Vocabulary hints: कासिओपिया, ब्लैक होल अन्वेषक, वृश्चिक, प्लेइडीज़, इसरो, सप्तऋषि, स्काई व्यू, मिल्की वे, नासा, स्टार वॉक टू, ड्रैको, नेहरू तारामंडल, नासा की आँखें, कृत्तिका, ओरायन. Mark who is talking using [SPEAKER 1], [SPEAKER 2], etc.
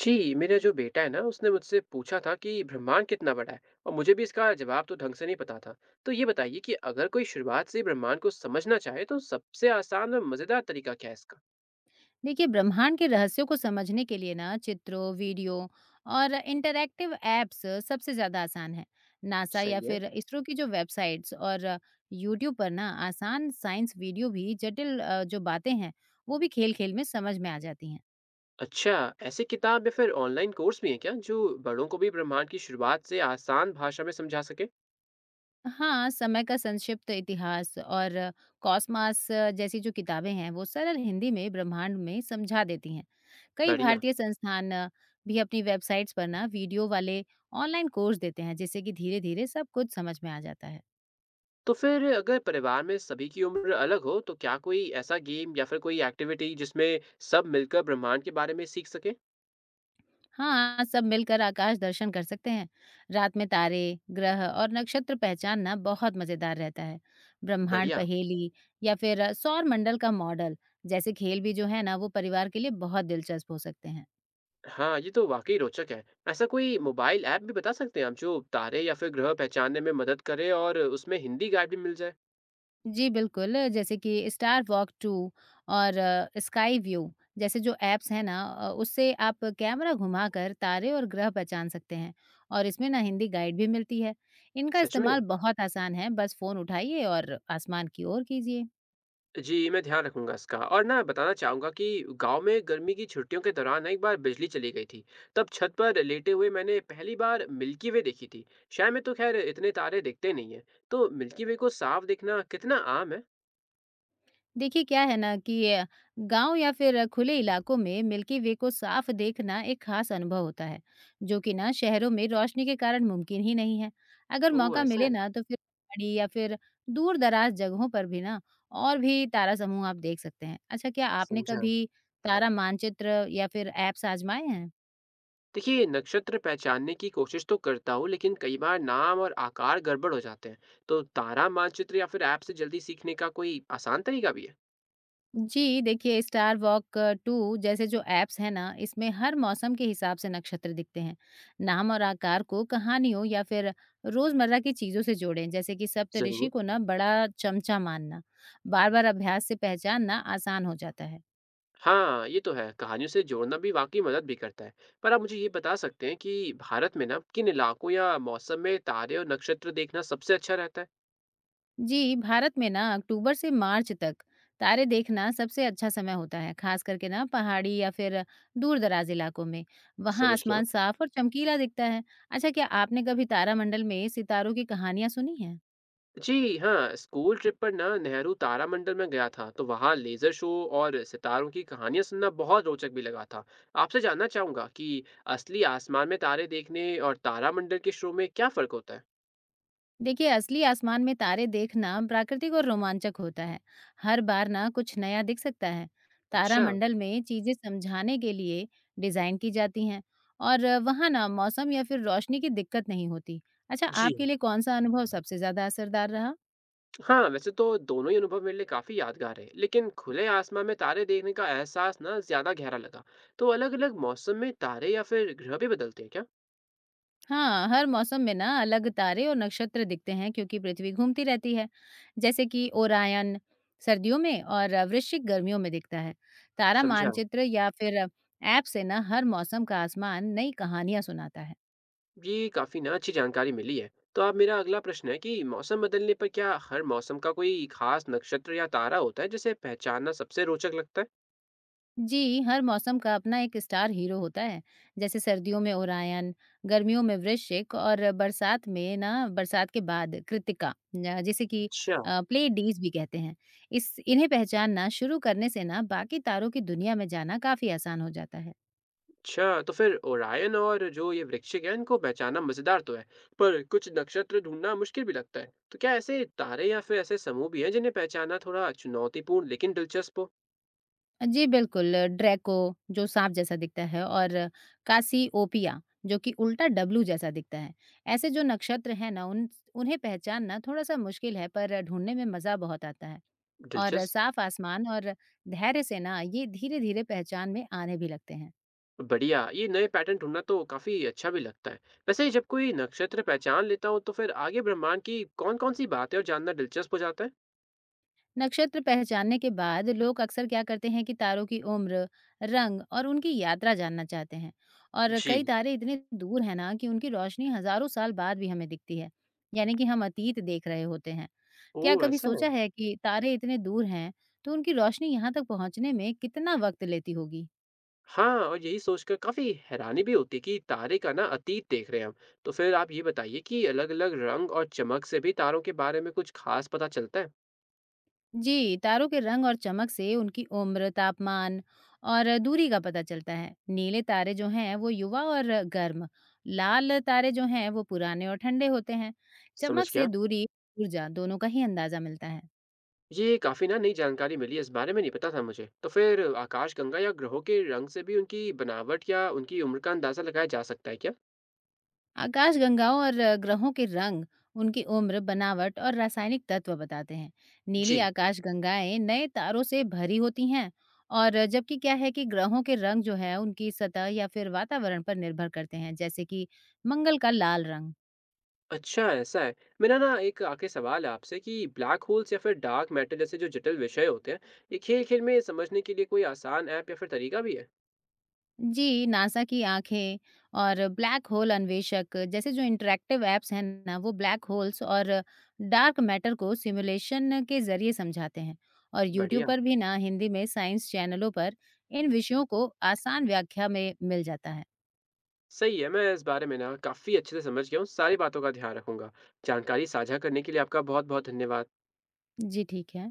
[SPEAKER 1] जी, मेरा जो बेटा है ना उसने मुझसे पूछा था कि ब्रह्मांड कितना बड़ा है और मुझे भी इसका जवाब तो ढंग से नहीं पता था। तो ये बताइए कि अगर कोई शुरुआत से ही ब्रह्मांड को समझना चाहे तो सबसे आसान और मज़ेदार तरीका क्या है इसका?
[SPEAKER 2] देखिए, ब्रह्मांड के रहस्यों को समझने के लिए ना चित्रों, वीडियो और इंटरैक्टिव एप्स सबसे ज़्यादा आसान है। नासा या
[SPEAKER 1] सही है।
[SPEAKER 2] फिर इसरो की जो वेबसाइट्स और यूट्यूब पर ना आसान साइंस वीडियो, भी जटिल जो बातें हैं वो भी खेल खेल में समझ में आ जाती हैं।
[SPEAKER 1] अच्छा, ऐसी किताब या फिर ऑनलाइन कोर्स भी है क्या जो बड़ों को भी ब्रह्मांड की शुरुआत से आसान भाषा में समझा सके?
[SPEAKER 2] हाँ, समय का संक्षिप्त इतिहास और कॉस्मास जैसी जो किताबें हैं, वो सरल हिंदी में ब्रह्मांड में समझा देती हैं। कई
[SPEAKER 1] बढ़िया।
[SPEAKER 2] भारतीय संस्थान भी अपनी वेबसाइट्स पर ना वीडियो वाले ऑनलाइन कोर्स देते हैं, जिससे कि धीरे-धीरे सब कुछ समझ में आ जाता है।
[SPEAKER 1] तो फिर अगर परिवार में सभी की उम्र अलग हो तो क्या कोई ऐसा गेम या फिर कोई एक्टिविटी जिसमें सब मिलकर ब्रह्मांड के बारे में सीख सके?
[SPEAKER 2] हाँ, सब मिलकर आकाश दर्शन कर सकते हैं। रात में तारे, ग्रह और नक्षत्र पहचानना बहुत मज़ेदार रहता है। ब्रह्मांड
[SPEAKER 1] बढ़िया।
[SPEAKER 2] पहेली या फिर सौर मंडल का मॉडल जैसे खेल भी जो है ना, वो परिवार के लिए बहुत दिलचस्प हो सकते हैं।
[SPEAKER 1] हाँ, ये तो वाक़ई रोचक है। ऐसा कोई मोबाइल ऐप भी बता सकते हैं आप जो तारे या फिर ग्रह पहचानने में मदद करे और उसमें हिंदी गाइड भी मिल जाए?
[SPEAKER 2] जी, बिल्कुल, जैसे कि स्टार वॉक टू और स्काई व्यू जैसे जो ऐप्स हैं ना उससे आप कैमरा घुमाकर तारे और ग्रह पहचान सकते हैं, और इसमें ना हिंदी गाइड भी मिलती है। इनका
[SPEAKER 1] सच में?
[SPEAKER 2] इस्तेमाल बहुत आसान है, बस फ़ोन उठाइए और आसमान की ओर कीजिए।
[SPEAKER 1] जी, मैं ध्यान रखूँगा इसका और ना बताना चाहूँगा कि गाँव में गर्मी की छुट्टियों के दौरान ना एक बार बिजली चली गई थी। तब छत पर लेटे हुए मैंने पहली बार मिल्की वे देखी थी। शहर में तो ख़ैर इतने तारे दिखते नहीं हैं। तो मिल्की वे को साफ देखना कितना आम है?
[SPEAKER 2] देखिए, क्या है ना कि गांव या फिर खुले इलाकों में मिल्की वे को साफ देखना एक खास अनुभव होता है, जो कि ना शहरों में रोशनी के कारण मुमकिन ही नहीं है। अगर
[SPEAKER 1] ओह!
[SPEAKER 2] मौका
[SPEAKER 1] ऐसा है?
[SPEAKER 2] मिले ना तो फिर पहाड़ी या फिर दूर दराज जगहों पर भी ना, और भी तारा समूह आप देख सकते हैं। अच्छा, क्या आपने
[SPEAKER 1] समझा।
[SPEAKER 2] कभी तारा मानचित्र या फिर ऐप्स आजमाए हैं?
[SPEAKER 1] देखिए नक्षत्र पहचानने की कोशिश तो करता हूँ लेकिन कई बार नाम और आकार गड़बड़ हो जाते हैं। तो तारा मानचित्र या फिर ऐप से जल्दी सीखने का कोई आसान तरीका भी है?
[SPEAKER 2] जी, देखिए स्टार वॉक टू जैसे जो ऐप्स हैं ना, इसमें हर मौसम के हिसाब से नक्षत्र दिखते हैं। नाम और आकार को कहानियों या फिर रोजमर्रा की चीजों से जोड़ें, जैसे कि सप्तऋषि
[SPEAKER 1] जरूर।
[SPEAKER 2] को ना बड़ा चमचा मानना। बार-बार अभ्यास से पहचानना आसान हो जाता है।
[SPEAKER 1] हाँ, ये तो है, कहानियों से जोड़ना भी वाकई मदद भी करता है। पर आप मुझे ये बता सकते हैं कि भारत में ना किन इलाकों या मौसम में तारे और नक्षत्र देखना सबसे अच्छा रहता है?
[SPEAKER 2] जी, भारत में ना अक्टूबर से मार्च तक तारे देखना सबसे अच्छा समय होता है, खास करके ना पहाड़ी या फिर दूर-दराज इलाकों में। वहाँ
[SPEAKER 1] समझ गया।
[SPEAKER 2] आसमान साफ और चमकीला दिखता है। अच्छा, क्या आपने कभी तारामंडल में सितारों की कहानियाँ सुनी हैं?
[SPEAKER 1] जी हाँ, स्कूल ट्रिप पर ना नेहरू तारामंडल में गया था, तो वहाँ लेजर शो और सितारों की कहानियां सुनना बहुत रोचक भी लगा था। आपसे जानना चाहूंगा कि असली आसमान में तारे देखने और तारामंडल के शो में क्या फर्क होता है?
[SPEAKER 2] देखिए, असली आसमान में तारे देखना प्राकृतिक और रोमांचक होता है, हर बार ना कुछ नया दिख सकता है।
[SPEAKER 1] अच्छा।
[SPEAKER 2] तारामंडल में चीजें समझाने के लिए डिजाइन की जाती हैं, और वहाँ ना मौसम या फिर रोशनी की दिक्कत नहीं होती। अच्छा,
[SPEAKER 1] जी
[SPEAKER 2] आपके लिए कौन सा अनुभव सबसे ज्यादा असरदार रहा?
[SPEAKER 1] हाँ, वैसे तो दोनों ही अनुभव मेरे लिए काफी यादगार है, लेकिन खुले आसमान में तारे देखने का एहसास ना ज्यादा गहरा लगा। तो अलग अलग मौसम में तारे या फिर ग्रह भी बदलते हैं क्या?
[SPEAKER 2] हाँ, हर मौसम में ना अलग तारे और नक्षत्र दिखते हैं, क्योंकि पृथ्वी घूमती रहती है। जैसे कि ओरायन सर्दियों में और वृश्चिक गर्मियों में दिखता है। तारा
[SPEAKER 1] समझा।
[SPEAKER 2] मानचित्र या फिर ऐप से ना हर मौसम का आसमान नई कहानियां सुनाता है।
[SPEAKER 1] जी, काफ़ी ना अच्छी जानकारी मिली है। तो अब मेरा अगला प्रश्न है कि मौसम बदलने पर क्या हर मौसम का कोई खास नक्षत्र या तारा होता है जिसे पहचानना सबसे रोचक लगता है?
[SPEAKER 2] जी, हर मौसम का अपना एक स्टार हीरो होता है। जैसे सर्दियों में ओरायन, गर्मियों में वृश्चिक और बरसात में ना बरसात के बाद कृत्तिका न जिसे कि
[SPEAKER 1] अच्छा।
[SPEAKER 2] प्लेइडीज़ भी कहते हैं। इस इन्हें पहचानना शुरू करने से ना बाकी तारों की दुनिया में जाना काफ़ी आसान हो जाता है।
[SPEAKER 1] अच्छा, तो फिर ओरायन और जो ये वृश्चिक है इनको पहचानना मजेदार तो है, पर कुछ नक्षत्र ढूंढना मुश्किल भी लगता है। तो क्या ऐसे तारे या फिर ऐसे समूह भी हैं जिन्हें पहचानना थोड़ा चुनौतीपूर्ण लेकिन दिलचस्प हो?
[SPEAKER 2] जी बिल्कुल, ड्रैको जो साँप जैसा दिखता है और कासिओपिया जो कि उल्टा डब्लू जैसा दिखता है। ऐसे जो नक्षत्र हैं ना उन उन्हें पहचानना थोड़ा-सा मुश्किल है, पर ढूँढने में मज़ा बहुत आता है। और
[SPEAKER 1] दिलचस्प।
[SPEAKER 2] साफ़ आसमान और धैर्य से ना ये धीरे-धीरे पहचान में आने भी लगते हैं।
[SPEAKER 1] बढ़िया, ये नए पैटर्न ढूंढना तो काफी अच्छा भी लगता है। वैसे जब कोई नक्षत्र पहचान लेता हो, तो फिर आगे ब्रह्मांड की कौन कौन सी बातें और जानना दिलचस्प हो जाता है?
[SPEAKER 2] नक्षत्र पहचानने के बाद लोग अक्सर क्या करते हैं कि तारों की उम्र, रंग और उनकी यात्रा जानना चाहते हैं। और
[SPEAKER 1] जी।
[SPEAKER 2] कई तारे इतने दूर हैं ना कि उनकी रोशनी हजारों साल बाद भी हमें दिखती है, यानी कि हम अतीत देख रहे होते हैं।
[SPEAKER 1] ओ,
[SPEAKER 2] क्या कभी
[SPEAKER 1] ऐसा है?
[SPEAKER 2] सोचा है कि तारे इतने दूर हैं, तो उनकी रोशनी यहाँ तक पहुँचने में कितना वक्त लेती होगी?
[SPEAKER 1] हाँ, और यही सोचकर काफी हैरानी भी होती है कि तारे का ना अतीत देख रहे हैं हम। तो फिर आप ये बताइए कि अलग अलग रंग और चमक से भी तारों के बारे में कुछ खास पता चलता है?
[SPEAKER 2] जी, तारों के रंग और चमक से उनकी उम्र, तापमान और दूरी का पता चलता है। नीले तारे जो हैं, वो युवा और गर्म। लाल तारे जो हैं, वो पुराने और ठंडे होते हैं।
[SPEAKER 1] समझ
[SPEAKER 2] चमक से
[SPEAKER 1] गया।
[SPEAKER 2] दूरी, ऊर्जा दोनों का ही अंदाजा मिलता है।
[SPEAKER 1] ये काफी ना नई जानकारी मिली, इस बारे में नहीं पता था मुझे। तो फिर आकाशगंगा या ग्रहों के रंग से भी उनकी बनावट या उनकी उम्र का अंदाजा लगाया जा सकता है क्या?
[SPEAKER 2] आकाशगंगाओं और ग्रहों के रंग उनकी उम्र, बनावट और रासायनिक तत्व बताते हैं। नीली
[SPEAKER 1] जी।
[SPEAKER 2] आकाशगंगाएँ नए तारों से भरी होती हैं। और जबकि क्या है कि ग्रहों के रंग जो है उनकी सतह या फिर वातावरण पर निर्भर करते हैं, जैसे कि मंगल का लाल रंग।
[SPEAKER 1] अच्छा, ऐसा है। मेरा ना एक आख़िरी सवाल है आपसे कि ब्लैक होल्स या फिर डार्क मैटर जैसे जो जटिल विषय होते हैं, ये खेल-खेल में समझने के लिए कोई आसान ऐप या फिर तरीका भी है?
[SPEAKER 2] जी, नासा की आँखें और ब्लैक होल अन्वेषक जैसे जो इंटरैक्टिव ऐप्स हैं ना, वो ब्लैक होल्स और डार्क मैटर को सिमुलेशन के ज़रिए समझाते हैं। और यूट्यूब
[SPEAKER 1] बढ़िया,
[SPEAKER 2] पर भी ना हिंदी में साइंस चैनलों पर इन विषयों को आसान व्याख्या में मिल जाता है।
[SPEAKER 1] सही है। मैं इस बारे में ना काफ़ी अच्छे से समझ गया हूँ, सारी बातों का ध्यान रखूँगा। जानकारी साझा करने के लिए आपका बहुत-बहुत धन्यवाद।
[SPEAKER 2] जी, ठीक है।